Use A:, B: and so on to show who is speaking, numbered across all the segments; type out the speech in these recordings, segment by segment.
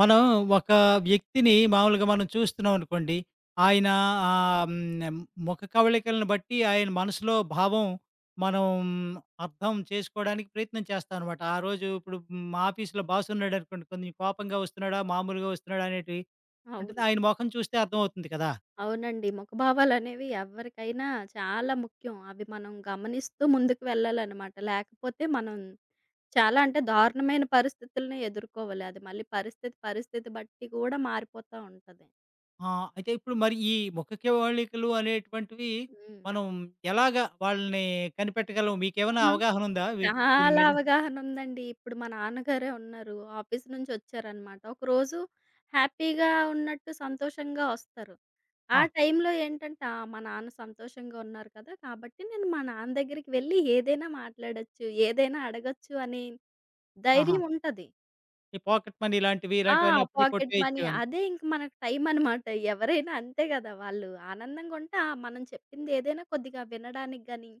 A: మనం ఒక వ్యక్తిని మామూలుగా మనం చూస్తున్నాం అనుకోండి. ఆయన ఆహ్, హ్మ్, ముఖ కవళికలను బట్టి ఆయన మనసులో భావం మనం అర్థం చేసుకోవడానికి ప్రయత్నం చేస్తామనమాట. ఆ రోజు ఇప్పుడు మా ఆఫీస్‌లో బాస్ ఉన్నాడనుకోండి, కొంచెం కోపంగా వస్తున్నాడా? మామూలుగా వస్తున్నాడా? అనేటివి ఉంటుంది.
B: అవును.
A: ఆయన మొఖం చూస్తే అర్థమవుతుంది కదా!
B: అవునండి. ముఖభావాలనేవి ఎవరికైనా చాలా ముఖ్యం. అవి మనం గమనిస్తూ ముందుకు వెళ్ళాలనమాట. లేకపోతే మనం చాలా అంటే దారుణమైన పరిస్థితుల్ని ఎదుర్కోవాలి. అది మళ్ళీ పరిస్థితి బట్టి కూడా మారిపోతా ఉంటది.
A: ఆ! అయితే ఇప్పుడు మరి ఈ ముఖ కవళికలు అనేటువంటివి
B: హ్మ్.
A: మనం ఎలాగా వాళ్ళని కనిపెట్టగలం?
B: ఆ!
A: మీకేమైనా అవగాహన ఉందా? వీటి దీని
B: చాలా
A: మీద?
B: అవగాహనుందండి. ఇప్పుడు మా నాన్నగారే ఉన్నారు. ఆఫీస్ నుంచొచ్చారనమాట. ఒకరోజు హ్యాపీగా ఉన్నట్టు సంతోషంగా ఒస్తారు. ఆ
A: ఆ!
B: టైంలో ఏంటంటే, ఆ! మా నాన్న సంతోషంగా ఉన్నారు కదా! కాబట్టి నేను మా నాన్న దగ్గరికి వెళ్ళి ఏదైనా మాట్లాడొచ్చు, ఏదైనా అడగొచ్చు అనే
A: ఆహా!
B: ధైర్యం ఉంటది.
A: ఈ పాకెట్ మనీ ఇలాంటివి,
B: ఆ!
A: ఇలాంటివన్నీ అప్పుడే
B: పాకెట్ మనీ
A: కొట్టేయచ్చేవని
B: అదే ఇంక మనకు టైమనమాట. ఎవరైనా అంతే గదా! వాళ్ళు ఆనందంగుంటే ఆ! మనం చెప్పిందేదైనా కొద్దిగా వినడానికి గాని,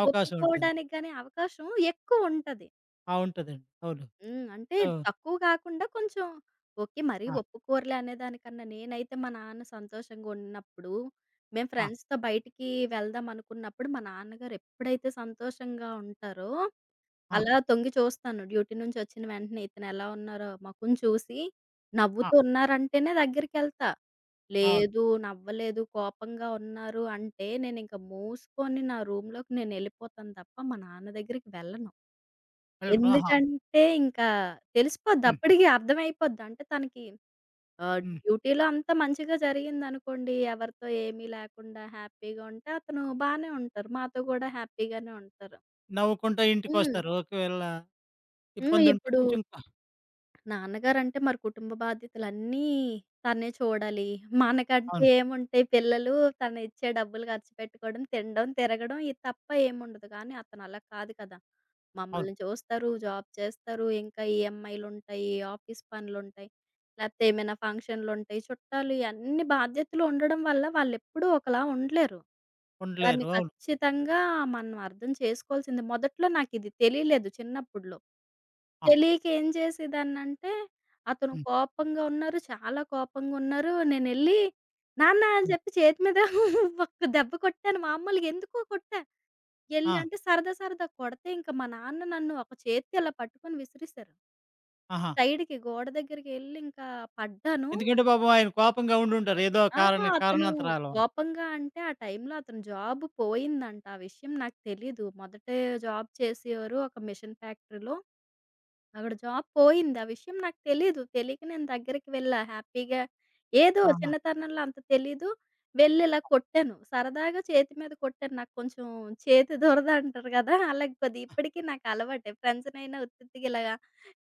A: అవకాశం ఉంటుంది.
B: ఒప్పుకోవడానికి గాని అవకాశం ఎక్కువుంటది.
A: ఆ! ఉంటదండి. అవును.
B: హ్మ్. అంటే
A: సో
B: తక్కువ కాకుండా కొంచెం ఓకే. మరీ
A: ఆ!
B: పప్పు కూరలే అనేదానికన్నా నేనైతే మా నాన్న సంతోషంగా ఉన్నప్పుడు, మేము
A: ఆ!
B: ఫ్రెండ్స్‌తో బయటికి వెళ్దాం అనుకున్నప్పుడు, మా నాన్నగారు ఎప్పుడైతే సంతోషంగా ఉంటారో,
A: ఆ!
B: అలా తొంగి చూస్తాను. డ్యూటీ నుంచి వచ్చిన వెంటనే ఇతను ఎలా ఉన్నారో మొఖం చూసి,
A: ఆ!
B: నవ్వుతూ ఉన్నారంటేనే దగ్గరికెళ్తా.
A: అవును.
B: లేదు నవ్వలేదు, కోపంగా ఉన్నారు అంటే నేనింక మూసుకొని నా రూమ్‌లోకి నేనెళ్ళిపోతాను తప్ప మా నాన్న దగ్గరికి వెళ్ళను.
A: వెళ్ళరు. ఆహా!
B: ఎందుకంటే ఇంకా తెలిసిపోద్ది.
A: హ్మ్.
B: అప్పటికి అర్థమైపోద్ది. అంటే తనకి
A: హ్మ్.
B: డ్యూటీలో అంతా మంచిగా జరిగిందనుకోండి. ఎవరితో ఏమీ లేకుండా హ్యాపీగా ఉంటే అతను బానే ఉంటారు. మాతో గూడా హ్యాపీగానే ఉంటారు.
A: నవ్వుకుంటా
B: హ్మ్.
A: ఇంటికొస్తారు. ఒకవేళ
B: హ్మ్.
A: ఇబ్బందుంటే
B: ఇప్పుడు
A: కొంచెం క
B: నాన్నగారంటే మరి కుటుంబ బాధ్యతలన్నీ తనే చూడాలి. మనకంటే
A: అవును.
B: ఏముంటాయి పిల్లలు తను ఇచ్చే డబ్బులు ఖర్చు పెట్టుకోవడం, తినడం, తిరగడం ఇది తప్ప ఏముండదు. కానీ అతను అలా కాదు కదా!
A: అవును.
B: మమ్మల్ని చూస్తారు, జాబ్ చేస్తారు, ఇంకా ఈఎంఐలుంటాయి, ఆఫీస్ పనులుంటాయి, లేకపోతే ఏమైనా ఫంక్షన్‌లుంటాయి, చుట్టాలు ఇయన్నీ బాధ్యతలు ఉండడం వల్ల వాళ్ళెప్పుడూ ఒకలా ఉండలేరు. దాన్ని
A: ఉండలేరు. అవును.
B: ఖచ్చితంగా మనం అర్థం చేసుకోవాల్సింది. మొదట్లో నాకిది తెలియలేదు చిన్నప్పుడులో.
A: ఆహా!
B: తెలియక ఏం చేసేదాన్నంటే, అతను
A: హ్మ్.
B: కోపంగా ఉన్నారు, చాలా కోపంగున్నారు. నేనెళ్ళి నాన్న అని
A: హ్మ్.
B: చెప్పి చేతి మీద ఒక్క దెబ్బ కొట్టాను. మామూలుగా ఎందుకో కొట్టా. ఎళ్లి
A: ఆ!
B: అంటే సరదా సరదా కొడితే ఇంక మా నాన్న నన్ను ఒక చేత్తో ఇలా పట్టుకొని విసిరేసారు.
A: ఆహా!
B: సైడ్‌కి గోడ దగ్గరికెళ్ళి ఇంకా పడ్డాను.
A: ఎందుకంటే పాపం ఆయన కోపంగా ఉండుంటారు. ఏదో
B: ఆ!
A: కారణ
B: అతను
A: కారణాంతరాల వల్ల.
B: కోపంగా అంటే ఆ టైంలో అతని జాబ్ పోయిందంట. ఆ విషయం నాకు తెలీదు. మొదటే జాబ్ చేసేవారు ఒక మిషన్ ఫ్యాక్టరీలో. అక్కడ జాబ్ పోయింది. ఆ విషయం నాకు తెలీదు. తెలీక నేను దగ్గరికి వెళ్ళా. హ్యాపీగా ఏదో
A: ఆహా!
B: చిన్నతనంలో అంత తెలీదు. వెళ్ళి ఇలా కొట్టాను. సరదాగా చేతి మీద కొట్టాను. నాకు కొంచెం చేతి దురద అంటారు కదా! అలాగ కొద్దిగా ఇప్పటికి నాకు అలవాటే. ఫ్రెండ్స్‌నైనా ఉత్తి ఉత్తిగా ఇలాగా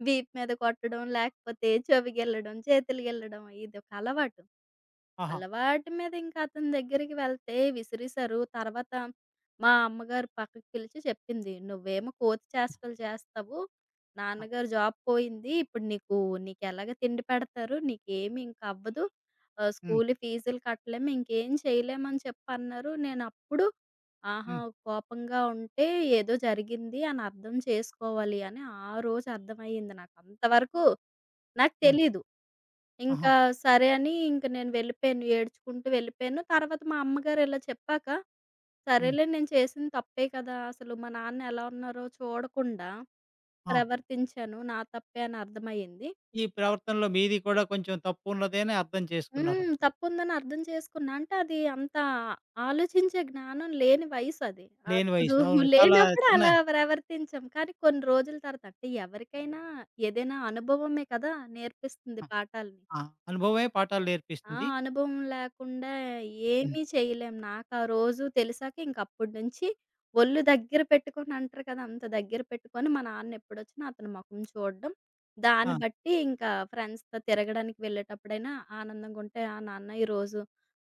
B: వీపు మీద కొట్టడం, లేకపోతే చెవికెళ్ళడం, చేతులుకెళ్ళడం ఇదొక అలవాటు.
A: ఆహా!
B: అలవాటు మీద ఇంకా అతని దగ్గరికి వెళ్తే విసిరేసారు. తర్వాత మా అమ్మగారు పక్కకు పిలిచి చెప్పింది. "నువ్వేమో కోతి చేష్టలు చేస్తావు.
A: ఆ!
B: నాన్నగారు జాబ్ పోయింది. ఇప్పుడు నీకు నీకెలాగ తిండి పెడతారు. నీకేమి ఇంక అవ్వదు.
A: హ్మ్.
B: స్కూలు ఫీజులు కట్టలేము. ఇంకేం చేయలేమని" చెప్పన్నారు. నేనప్పుడు ఆహా!
A: హ్మ్.
B: కోపంగా ఉంటే ఏదో జరిగింది అని అర్థం చేసుకోవాలి అని ఆ రోజు అర్థమయ్యింది నాకు. అంతవరకు నాకు
A: హ్మ్.
B: తెలీదు.
A: ఆహా!
B: ఇంకా సరే అని ఇంక నేను వెళ్ళిపోయాను. ఏడ్చుకుంటూ వెళ్ళిపోయాను. తర్వాత మా అమ్మగారు ఇలా చెప్పాక,
A: హ్మ్.
B: సరేలే నేను చేసింది తప్పే కదా! అసలు మా నాన్న ఎలా ఉన్నారో చూడకుండా
A: ఆ!
B: ప్రవర్తించాను. నా తప్పే అని అర్థమయ్యింది.
A: ఈ ప్రవర్తనలో మీది కూడా కొంచెం తప్పున్నది అని అర్థం
B: హ్మ్.
A: చేసుకున్నారనమాట.
B: తప్పుందని అర్థం చేసుకున్నా. అంటే అది అంత ఆలోచించే జ్ఞానం లేని వయసది.
A: లేని
B: అప్పుడు
A: వయసు. అవును. చాలా
B: లేనప్పుడు
A: చిన్న
B: అలా ప్రవర్తించాం. కానీ కొన్ని రోజుల తర్వాత అంటే ఎవరికైనా ఏదైనా అనుభవమే కదా! నేర్పిస్తుంది
A: ఆ!
B: పాఠాల్ని.
A: ఆ! అనుభవమే పాఠాలు
B: ఆ!
A: నేర్పిస్తుంది.
B: అనుభవం లేకుండా
A: హ్మ్.
B: ఏమీ చేయలేం. నాకా రోజు తెలిసాక ఇంక అప్పటినుంచి ఒళ్ళు దగ్గర పెట్టుకొని అంటారు కదా! అంత దగ్గర పెట్టుకొని మా నాన్నెప్పుడొచ్చినా అతని మొఖం చూడడం. దాన్ని
A: ఆ!
B: బట్టి ఇంకా ఫ్రెండ్స్‌తో తిరగడానికి వెళ్ళేటప్పుడైనా ఆనందంగుంటే, "ఆ! నాన్న ఈరోజు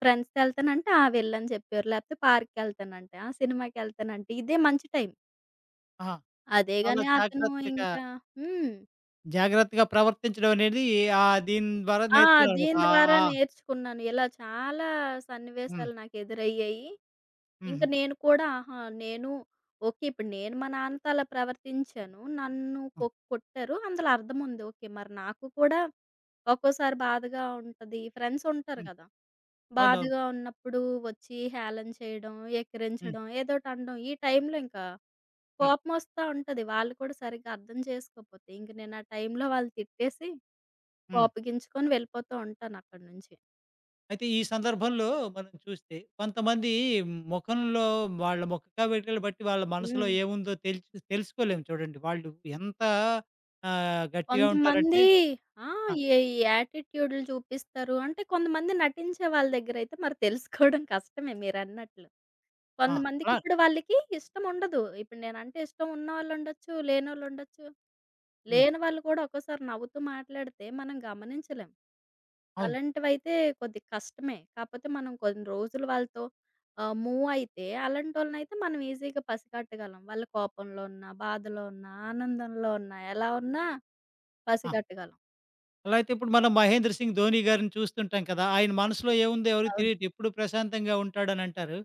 B: ఫ్రెండ్స్‌తో ఎళ్తానంటే, ఆ! వెళ్ళని" చెప్పారు. లేకపోతే పార్క్‌కెళ్తానంటే, "ఆ! సినిమాకెళ్తానంటే" ఇదే మంచి టైం.
A: ఆహా!
B: అదే
A: చాలా
B: గాని అతను
A: జాగ్రత్తగా,
B: ఇంకా హ్మ్.
A: జాగ్రత్తగా ప్రవర్తించడం అనేది దీని ద్వారా
B: ఆ!
A: నేర్చుకున్నానమాట.
B: దీని
A: ఆ!
B: ద్వారా
A: ఆ!
B: నేర్చుకున్నాను. ఇలా చాలా
A: హ్మ్.
B: సన్నివేశాలు నాకు ఎదురయ్యాయి. ఇంక
A: హుహు.
B: నేను కూడా ఆహా! నేను ఓకే. ఇప్పుడు నేను మా నాన్నతో అలా ప్రవర్తించాను. నన్ను
A: హ్మ్.
B: కొ కొట్టారు. అందులో అర్థం ఉంది. ఓకే. మరి నాకు కూడా ఒక్కోసారి బాధగా ఉంటది. ఫ్రెండ్స్ ఉంటారు
A: హ్మ్.
B: కదా!
A: అవునవును.
B: బాధగా ఉన్నప్పుడు వచ్చి హేళన చేయడం,
A: హ్మ్.
B: ఎక్కిరించడం, ఏదోటి అనడం. ఈ టైంలో ఇంకా
A: హ్మ్.
B: కోపమొస్తా ఉంటది. వాళ్ళు కూడా సరిగ్గా అర్థం చేసుకోకపోతే. ఇంక నేను ఆ టైంలో వాళ్ళు తిట్టేసి
A: హ్మ్.
B: కోపగించుకొని వెళ్ళిపోతూ ఉంటాను అక్కడి నుంచి.
A: అయితే ఈ సందర్భంలో మనం చూస్తే కొంతమంది ముఖంలో వాళ్ళ ముఖ కవళికలు బట్టి వాళ్ళ మనసులో
B: హ్మ్.
A: ఏముందో తెలుసుకోలేము చూడండి. వాళ్ళు ఎంత గట్టిగా
B: కొంతమంది
A: ఉంటారంటే
B: ఆ!
A: ఆ!
B: ఏ ఈ యాటిట్యూడ్‌లు చూపిస్తారు. అంటే కొంతమంది నటించే వాళ్ళ దగ్గరైతే మరి తెలుసుకోవడం కష్టమే మీరన్నట్లు.
A: ఆ! అలా
B: కొంతమందికిప్పుడు వాళ్ళకి ఇష్టం ఉండదు. ఇప్పుడు నేనంటే ఇష్టం ఉన్నవాళ్ళుండొచ్చు, లేనోళ్ళుండొచ్చు. లేని వాళ్ళు ఉండొచ్చు.
A: హ్మ్.
B: లేని వాళ్ళు కూడా ఒక్కోసారి నవ్వుతూ మాట్లాడితే మనం గమనించలేం.
A: అవును.
B: అలాంటివైతే కొద్దిగా కష్టమే. కాపోతే మనం కొన్ని రోజులు వాళ్ళతో మూవ్ అయితే అలాంటోళ్ళనైతే మనం ఈజీగా పసిగట్టగలం. వాళ్ళ కోపంలో ఉన్నా, బాధలో ఉన్నా, ఆనందంలో ఉన్నా, ఎలా ఉన్నా
A: ఆ!
B: పసిగట్టగలం.
A: అలా అయితే ఇప్పుడు మనం 'మహేంద్ర సింగ్ ధోని' గారిని చూస్తుంటాం కదా! ఆయన మనసులో ఏముందో ఎవరికీ తెలియదు. ఎప్పుడు ప్రశాంతంగా ఉంటాడనంటారు.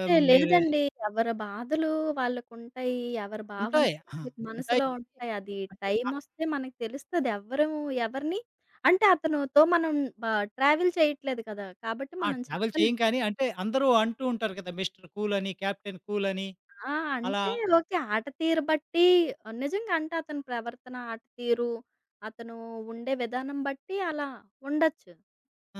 A: మీరే
B: లేదండి. ఎవరి బాధలు వాళ్ళకుంటాయి. ఎవరి
A: ఉంటాయి.
B: భావనలు
A: ఆ!
B: వాళ్ళకి
A: ఉంటాయి.
B: మనసులో ఉంటాయి. అది
A: అంటే
B: టైమొస్తే మనకు తెలుస్తది. ఎవ్వరము ఎవరిని అంటే అతనుతో మనం బ ట్రావెల్ చేయట్లేదు కదా! కాబట్టి
A: ఆ!
B: మనం
A: ట్రావెల్
B: చెప్పలేం.
A: చేయం కానీ అంటే అందరూ అంటూ ఉంటారు కదా! మిస్టర్ కూల్ అని, కెప్టెన్ కూల్ అని
B: ఆ!
A: అలా
B: అంటే ఓకే. ఆట తీరు బట్టి ఆ, నిజంగా అంటే అతని ప్రవర్తన, ఆట తీరు, అతను ఉండే విధానం బట్టి అలా ఉండొచ్చు.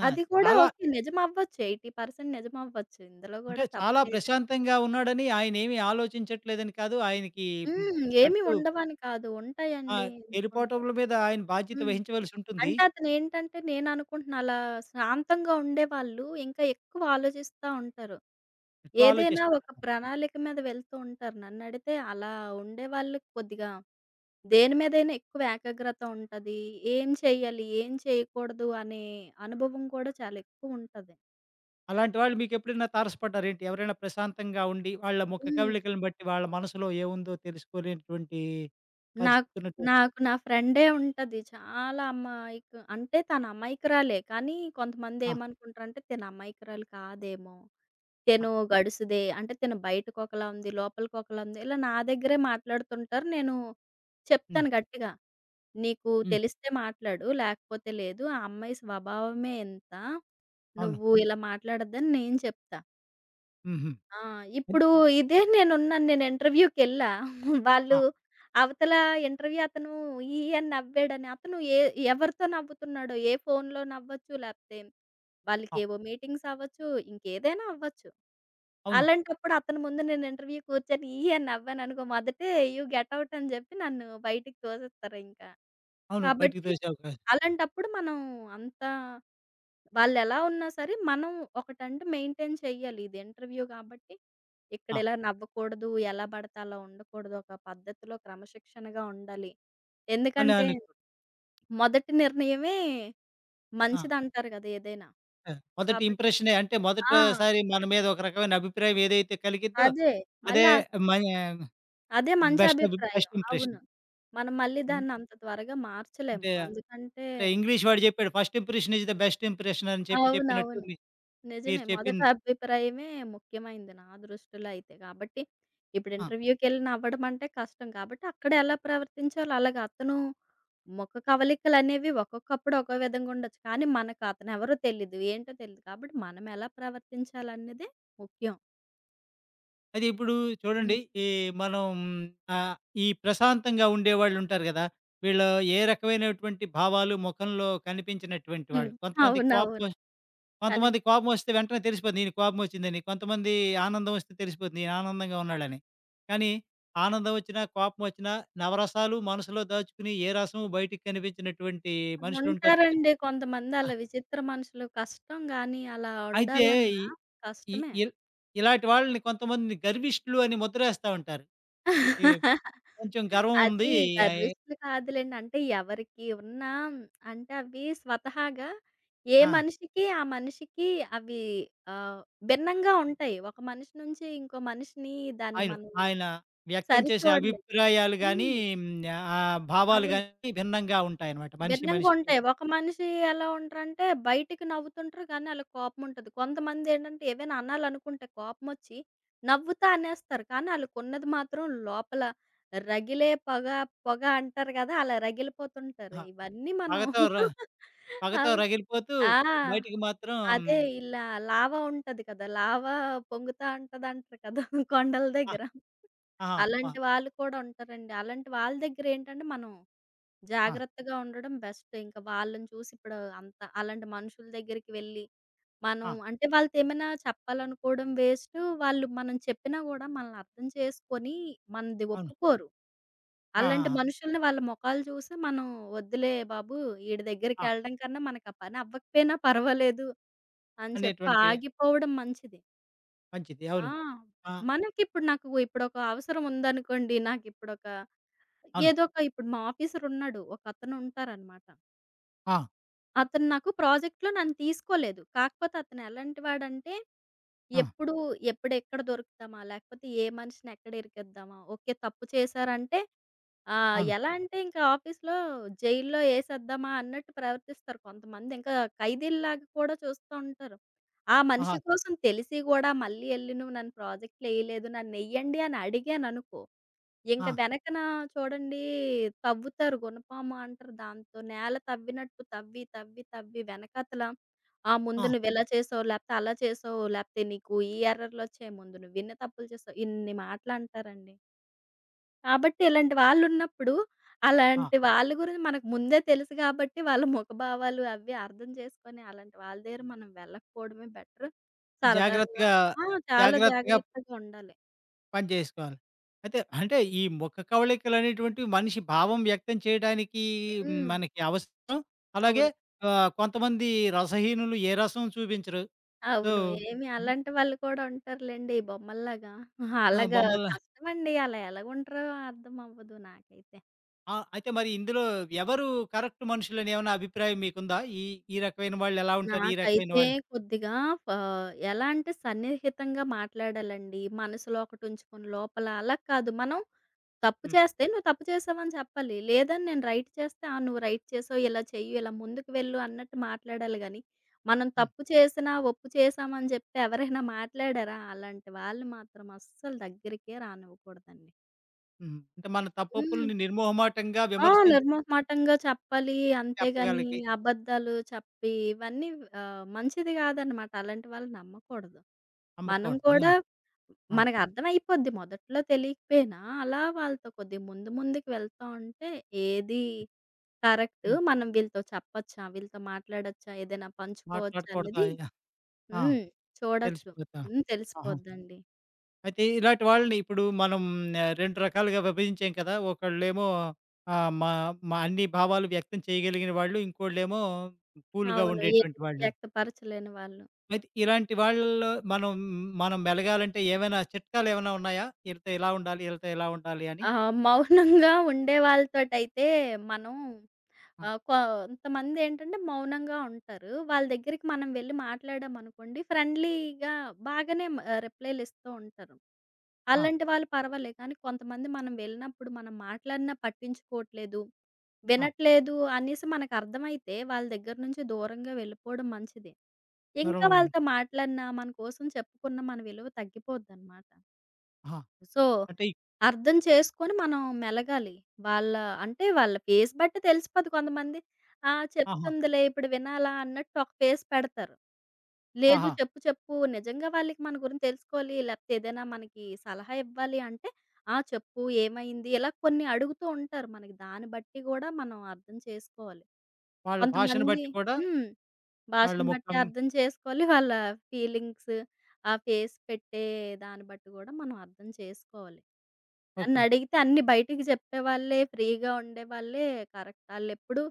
A: ఆ!
B: అది కూడా
A: చాలా
B: ఓకే. నిజమవ్వచ్చు. 80% నిజమవ్వచ్చు. ఇందులో
A: అంటే
B: గూడా
A: చాలా
B: తప్పులేదు.
A: ప్రశాంతంగా ఉన్నాడని ఆయనేమి ఆలోచించట్లేదని కాదు. ఆయనకి హ్మ్,
B: హ్మ్. ఏమి
A: జట్టు
B: ఉండవని కాదు.
A: ఆ!
B: ఉంటాయండి. ఎందుకుండవు.
A: గెలుపోటముల మీద ఆయన బాధ్యత
B: హ్మ్.
A: వహించవలసి ఉంటుంది.
B: అంటే అతనేంటంటే నేననుకుంటున్నా అలా శాంతంగా ఉండేవాళ్ళు ఇంకా ఎక్కువ ఆలోచిస్తా ఉంటారు.
A: ఎక్కువ
B: ఏదైనా
A: ఆలోచిస్తారు.
B: ఒక ప్రణాళిక మీద వెళ్తూ ఉంటారు. నన్నడిగితే అలా ఉండేవాళ్ళు కొద్దిగా దేని మీదైనా ఎక్కువ ఏకాగ్రత ఉంటది. ఏం చేయాలి? ఏం చేయకూడదు? అనే అనుభవం కూడా చాలా ఎక్కువుంటది.
A: అలాంటి వాళ్ళు మీకెప్పుడైనా తారసపడ్డారేంటి? ఎవరైనా ప్రశాంతంగా ఉండి, వాళ్ళ ముఖ
B: హ్మ్.
A: కవళికలను బట్టి వాళ్ళ మనసులో ఏముందో తెలుసుకోలేనటువంటి
B: నాకు
A: పరిస్థితి ఉన్నటువంటి
B: నాకు నా ఫ్రెండే ఉంటది. చాలా అమాయకు అంటే తను అమాయకురాలే. కానీ
A: ఆ!
B: కొంతమందేమనుకుంటారంటే తిను అమాయకురాలు కాదేమో!
A: ఆ!
B: తిను గడుసుదే. అంటే తిను బయటకొకలా ఉంది, లోపలికొకలా ఉంది. ఇలా నా దగ్గరే మాట్లాడుతుంటారు. నేను
A: హ్మ్.
B: చెప్తాను గట్టిగా. "నీకు
A: హ్మ్.
B: తెలిస్తే మాట్లాడు, లేకపోతే లేదు. ఆ అమ్మాయి స్వభావమే ఇంత.
A: అవును.
B: నువ్వు ఇలా మాట్లాడొద్దని" నేను చెప్తా.
A: హుహు.
B: ఆ!
A: హ్మ్.
B: ఇప్పుడు ఇదే నేనున్నాను. నేను ఇంటర్వ్యూకెళ్ళా. వాళ్ళు
A: ఆ!
B: అవతల ఇంటర్వ్యూ అతను ఈ అని నవ్వాడని, అతను ఏ ఎవరితో నవ్వుతున్నాడో, ఏ ఫోన్‌లో నవ్వచ్చు లేపోతే
A: ఆ!
B: వాళ్ళకేవో మీటింగ్స్ అవ్వచ్చు, ఇంకేదైనా అవ్వచ్చు.
A: అవును.
B: అలాంటప్పుడు అతని ముందు నేను ఇంటర్వ్యూ కూర్చొని ఈ అని నవ్వాననుకో మొదటే యూ గెట్ ఔట్ అని జెప్పి నన్ను బయటికి తోసేస్తారింకా.
A: అవును. బయటికి
B: కాబట్టి
A: తోసే అవకాశం
B: అలాంటప్పుడు మనం అంత వాళ్ళెలా ఉన్నా సరే మనం ఒకటంటూ మెయింటైన్ చెయ్యాలి. ఇది ఇంటర్వ్యూ కాబట్టి ఇక్కడ
A: ఆ!
B: ఇలా నవ్వకూడదు, ఎలా పడితే అలా ఉండకూడదు, ఒక పద్ధతిలో క్రమశిక్షణగా ఉండాలి.
A: అని
B: ఎందుకంటే
A: అనుకో
B: మొదటి నిర్ణయమే
A: ఆ!
B: మంచిదంటారు గదా! ఏదైనా.
A: ఆ! మొదటి
B: కాబట్టి
A: ఇంప్రెషనే అంటే
B: ఆ!
A: మొదటిసారి మన మీద ఒక రకమైన అభిప్రాయం ఏదైతే కలిగిద్దో,
B: అదే.
A: అదే
B: మళ్ళా
A: మన
B: అదే మంచి అభిప్రాయం.
A: బెస్ట్
B: అవును.
A: ఇంప్రెషన్.
B: మనం మళ్ళీ
A: హ్మ్.
B: దాన్నంత త్వరగా మార్చలేము.
A: అంటే,
B: అందుకంటే
A: అంటే ఇంగ్లీష్ వాడు చెప్పాడు, "first impression is the best impression" అని చెప్పినట్టు
B: అవునవును.
A: మీ మీరు
B: నిజమే. మొదట
A: చెప్పింది.
B: అభిప్రాయమే ముఖ్యమైంది నా దృష్టిలో అయితే. కాబట్టి ఇప్పుడు
A: ఆ!
B: ఇంటర్వ్యూకెళ్ళిన అవ్వడం అంటే కష్టం. కాబట్టి అక్కడ ఎలా ప్రవర్తించాలో అలాగా అతను ముఖ కవలికలనేవి ఒక్కొక్కప్పుడు ఒక్కో విధంగా ఉండొచ్చు. కానీ మనకు అతనెవరో తెలీదు. ఏంటో తెలీదు. కాబట్టి మనం ఎలా ప్రవర్తించాలన్నదే ముఖ్యం.
A: అయితే ఇప్పుడు చూడండి,
B: హ్మ్.
A: ఈ మనం ఆహ్, ఈ ప్రశాంతంగా ఉండేవాళ్ళుంటారు గదా! వీళ్ళు ఏ రకమైనటువంటి భావాలు మొఖంలో కనిపించినటువంటి
B: హ్మ్.
A: వాళ్ళు. కొంతమంది
B: అవునవును.
A: కోపమొస్
B: కానీ
A: కొంతమంది కోపమొస్తే వెంటనే తెలిసిపోద్ది. ఈయన కోపమొచ్చిందని. కొంతమంది ఆనందం వస్తే తెలిసిపోద్ది. ఈయన ఆనందంగా ఉన్నాడని. కానీ ఆనందం వచ్చినా, కోపమొచ్చినా నవరసాలు మనసులో దాచుకుని ఏ రసము బయటికి కనిపించినటువంటి మనుషులుంటారు కదండీ.
B: ఉంటారండి. కొంతమంది
A: ఆ!
B: అలా విచిత్ర మనుషులు. కష్టం గానీ అలా
A: అయితే ఈ
B: ఉండాలన్నా
A: ఈ
B: కష్టమే.
A: ఇల్ ఇలాంటి వాళ్ళని కొంతమందిని గర్విష్ఠులు అని ముద్రేస్తా ఉంటారు. ఈ కొంచెం గర్వం ఉంది.
B: అది
A: ఆయి
B: గర్విష్టులు కాదులెండి. అంటే ఎవరికి ఉన్న అంటే అవి స్వతహాగా ఏ
A: ఆ!
B: మనిషికి ఆ మనిషికి అవి ఆహ్, భిన్నంగా ఉంటాయి. ఒక మనిషి నుంచి ఇంకో మనిషిని దాన్ని
A: ఆయన
B: మనము
A: ఆయన వ్యక్తం చేసే
B: సరిచూడలేం.
A: అభిప్రాయాలు గాని,
B: హ్మ్.
A: హ్మ్, ఆ భావాలు
B: అవును.
A: గాని భిన్నంగా ఉంటాయనమాట. మనిషి
B: భిన్నంగా
A: మనిషికి.
B: ఉంటాయి. ఒక మనిషి ఎలా ఉంటారంటే బయటికి నవ్వుతుంటారు కానీ ఆళ్ళకి కోపం ఉంటది. కొంతమందేంటంటే ఏవైనా అనాలనుకుంటే కోపమొచ్చి నవ్వుతా అనేస్తారు. కానీ ఆళ్ళకున్నది మాత్రం లోపల రగిలే పొగ, పొగ అంటారు గదా! అలా రగిలిపోతుంటారు.
A: ఆ!
B: ఇవన్నీ మనం
A: పగతో ర పగతో
B: అవును.
A: రగిలిపోతూ
B: ఆ!
A: బయటికి మాత్రం
B: అదే ఇలా లావా ఉంటది కదా! లావా పొంగుతా ఉంటదంటారు కదా! కొండల
A: ఆ!
B: దగ్గర.
A: ఆహా! ఆ!
B: అలాంటి వాళ్ళు కూడా ఉంటారండి. అలాంటి వాళ్ళ దగ్గరేంటంటే మనం
A: ఆ!
B: జాగ్రత్తగా ఉండడం బెస్ట్. ఇంక వాళ్ళని చూసి ఇప్పుడు అంత అలాంటి మనుషుల దగ్గరికి వెళ్ళి, మనం
A: ఆ!
B: అంటే వాళ్ళతేమైనా చెప్పాలనుకోవడం వేస్టు. వాళ్ళు మనం చెప్పినా గూడా మనల్ని అర్థం చేసుకొని మనది
A: అవును.
B: ఒప్పుకోరు.
A: ఆ! ఆ!
B: అలాంటి
A: ఆ!
B: మనుషుల్ని వాళ్ళ మొఖాలు చూసి మనం వద్దులే బాబు ఈడి
A: ఆ!
B: దగ్గరికెళ్ళడం కన్నా మనకు ఆ పని అవ్వకపోయినా పర్వాలేదు అని చెప్పి
A: అనేటువంటి
B: ఆగిపోవడం మంచిది.
A: మంచిది.
B: ఆ!
A: అవును. ఆ!
B: మనకిప్పుడు నాకు ఇప్పుడొక అవసరం ఉందనుకోండి. నాకిప్పుడొక
A: అవును.
B: ఏదో ఒక ఇప్పుడు మా ఆఫీసర్ ఉన్నాడు. ఒకతను ఉంటారనమాట.
A: ఆ!
B: అతను నాకు ప్రాజెక్ట్‌లో నన్ను తీసుకోలేదు. కాకపోతే అతను ఎలాంటి వాడంటే,
A: ఆ!
B: ఎప్పుడు ఎప్పుడెక్కడ దొరుకుతామా? లేకపోతే ఏ మనిషిని ఎక్కడ ఇరికిద్దామా? ఓకే. తప్పు చేశారంటే
A: అవును.
B: ఎలా అంటే ఇంకా ఆఫీస్‌లో జైల్లో ఏసేద్దామా అన్నట్టు ప్రవర్తిస్తారు కొంతమంది. ఇంకా ఖైదీల్లాగా కూడా చూస్తూ ఉంటారు. ఆ
A: ఆహా!
B: మనిషి కోసం తెలిసి గూడా మళ్ళీ ఎళ్లి నువ్వు నన్ను ప్రాజెక్ట్‌లో ఎయలేదు. నన్ను ఎయ్యండి అని అడిగాననుకో ఇంక
A: ఆ!
B: వెనకన చూడండి తవ్వుతారు. గునపామ అంటారు దాంతో. నేల తవ్వినట్టు తవ్వి వెనకాతల ఆ! ముందు
A: ఆ!
B: నువ్విలా చేసావు, లేపోతే అలా చేసావు, లేపోతే నీకు ఈ ఎర్రర్‌లొచ్చాయి, ముందు నువ్విన్ని తప్పులు చేసావు. ఇన్ని మాటలంటారండి. కాబట్టి ఇలాంటి వాళ్ళున్నప్పుడు,
A: ఆ!
B: అలాంటి వాళ్ళ గురించి మనకు ముందే తెలుసు కాబట్టి, వాళ్ళ ముఖభావాలు అవి అర్థం చేసుకొని, అలాంటి వాళ్ళ దగ్గర మనం వెళ్ళకపోవడమే బెటర్. సరదాగా
A: జాగ్రత్తగా
B: ఆ! చాలా
A: జాగ్రత్తగా
B: జాగ్రత్తగా ఉండాలి.
A: పని చేసుకోవాలి. అయితే అంటే ఈ ముఖ కవళికలనేటువంటివి మనిషి భావం వ్యక్తం చేయడానికి
B: హ్మ్.
A: మనకి అవసరం. అలాగే
B: అవును.
A: కొంతమంది రసహీనులు ఏ రసం చూపించరు. సో,
B: అవును. ఏమి అలాంటి వాళ్ళు కూడా ఉంటారులెండి ఈ బొమ్మల్లాగా. ఆహా,
A: ఆ!
B: అలాగా
A: బొమ్మల
B: కష్టమండి. అలా ఎలాగుంటారో అర్థం అవ్వదు నాకైతే.
A: ఆ! అయితే మరి ఇందులో ఎవరు కరెక్ట్ మనుషులని ఏమైనా అభిప్రాయం మీకుందా? ఈ ఈ రకమైన వాళ్ళు ఎలా ఉంటారు? ఈ రకమైన
B: నాకైతే
A: వాళ్ళు
B: కొద్దిగా ఎలా అంటే సన్నిహితంగా మాట్లాడాలండి. మనసులో ఒకటుంచుకొని లోపల అలా కాదు. మనం తప్పు
A: హ్మ్.
B: చేస్తే "నువ్వు తప్పు చేశావని" చెప్పాలి. లేదని నేను రైట్ చేస్తే "ఆ! నువ్వు రైట్ చేసావు. ఇలా చెయ్యు. ఇలా ముందుకు వెళ్ళు" అన్నట్టు మాట్లాడాలి గానీ, మనం
A: హ్మ్.
B: తప్పు చేసినా, ఒప్పు చేశామని జెప్పి ఎవరైనా మాట్లాడారా? అలాంటి వాళ్ళు మాత్రం అస్సలు దగ్గరికే రానివ్వకూడదండి.
A: హ్మ్. అంటే మన
B: హ్మ్.
A: తప్పొప్పుల్ని నిర్మోహమాటంగా
B: ఆ!
A: విమర్శించి
B: నిర్మోహమాటంగా చెప్పాలి. అంతేగాని
A: చెప్పగలిగి
B: అబద్ధాలు చెప్పి ఇవన్నీ మంచిది కాదనమాట. అలాంటి వాళ్ళని నమ్మకూడదు. మనం
A: అమ్మకూడదు.
B: కూడా
A: ఆ! ఆ!
B: మనకర్థమైపోద్ది మొదట్లో తెలియకపోయినా, అలా వాళ్ళతో కొద్దిగా ముందు ముందుకు వెళ్తా ఉంటే ఏది కరెక్ట్,
A: హ్మ్.
B: మనం వీళ్ళతో చెప్పొచ్చా, వీళ్ళతో మాట్లాడొచ్చా, ఏదైనా పంచుకోవచ్చా
A: మాట్లాడకూడదు.
B: అనేది
A: అయ్యా! ఆ!
B: హ్మ్. చూడొచ్చు.
A: తెలిసిపోతా.
B: హ్మ్.
A: ఆహా!
B: తెలిసిపోద్దండి.
A: అయితే ఇలాంటి వాళ్ళని ఇప్పుడు మనం 2 రకాలుగా విభజించాం కదా! ఒకళ్ళేమో మా మా అన్ని భావాలు వ్యక్తం చేయగలిగిన వాళ్ళు. ఇంకోళ్ళేమో కూల్‌గా
B: అవును. ఏది
A: ఉండేటువంటి వాళ్ళు.
B: వ్యక్తపరచలేని వాళ్ళు.
A: అయితే ఇలాంటి వాళ్ళలో మనం మనం మెలగాలంటే ఏమైనా చిట్కాలేమైనా ఉన్నాయా? ఈళ్ళతో ఇలా ఉండాలి, ఈళ్ళతో ఇలా ఉండాలి అని?
B: ఆ! మౌనంగా ఉండే వాళ్ళతోటైతే మనం
A: ఆ!
B: కొంతమందేంటంటే మౌనంగా ఉంటారు. వాళ్ళ దగ్గరికి మనం వెళ్లి మాట్లాడామనుకోండి ఫ్రెండ్లీగా బాగానే రిప్లైలిస్తూ ఉంటారు.
A: ఆ!
B: అలాంటి వాళ్ళు పర్వాలేదు. కానీ కొంతమంది మనం వెళ్ళినప్పుడు మనం మాట్లాడినా పట్టించుకోవట్లేదు,
A: ఆ!
B: వినట్లేదు అనేసి మనకర్థమైతే వాళ్ళ దగ్గర నుంచి దూరంగా వెళ్ళిపోవడం మంచిది.
A: ఎవరు
B: ఇంకా వాళ్ళతో మాట్లాడినా, మన కోసం చెప్పుకున్న మన విలువ తగ్గిపోద్దనమాట.
A: ఆహా!
B: సో,
A: అంటే ఈ-
B: అర్థం చేసుకొని మనం మెలగాలి. వాళ్ళ అంటే వాళ్ళ ఫేస్ బట్టి తెలిసిపోద్ది కొంతమంది. ఆ!
A: ఆహా!
B: చెప్తుందిలే ఇప్పుడు వినాలా అన్నట్టు ఒక ఫేస్ పెడతారు. లేదు
A: ఆహా!
B: చెప్పు చెప్పు నిజంగా వాళ్ళకి మన గురించి తెలుసుకోవాలి లేకపోతే ఏదైనా మనకి సలహా ఇవ్వాలి అంటే, ఆ! చెప్పు ఏమైంది? ఇలా కొన్ని అడుగుతూ ఉంటారు. మనకి దాన్ని బట్టి కూడా మనం అర్థం చేసుకోవాలి.
A: వాళ్ళ భాషను
B: కొంతమంది
A: బట్టి కూడా
B: హ్మ్.
A: వాళ్ళ
B: భాషను బట్టి
A: ముఖం
B: అర్థం చేసుకోవాలి. వాళ్ళ ఫీలింగ్స్, ఆ ఫేస్ పెట్టే దాన్ని బట్టి కూడా మనం అర్థం చేసుకోవాలి.
A: ఓకే.
B: నన్నడిగితే అన్నీ బయటికి చెప్పేవాళ్ళే, ఫ్రీగా ఉండేవాళ్ళే కరెక్ట్. ఆళ్ళెప్పుడు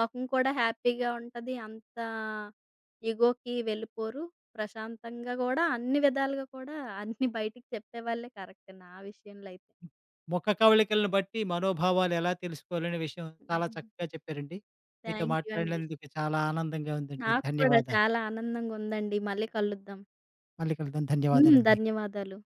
B: మొఖం కూడా హ్యాపీగా ఉంటది. అంత ఇగోకి వెళ్ళిపోరు. ప్రశాంతంగా గూడా అన్ని విధాలుగా కూడా అన్నీ బయటికి చెప్పేవాళ్ళే కరెక్ట్ నా విషయంలో అయితే.
A: ముఖ కవళికలను బట్టి మనోభావాలు ఎలా తెలుసుకోవాలనే విషయం చాలా
B: హుహు.
A: చక్కగా చెప్పారండి. మీతో
B: థ్యాంక్ యూ అండి.
A: మాట్లాడినందుకు చాలా ఆనందంగా ఉందండి.
B: నాకు కూడా
A: ధన్యవాదాలు.
B: చాలా ఆనందంగుందండి. మళ్ళీ కలుద్దాం.
A: మళ్ళీ కలుద్దాం.
B: హ్మ్.
A: ధన్యవాదాలండి.
B: ధన్యవాదాలు.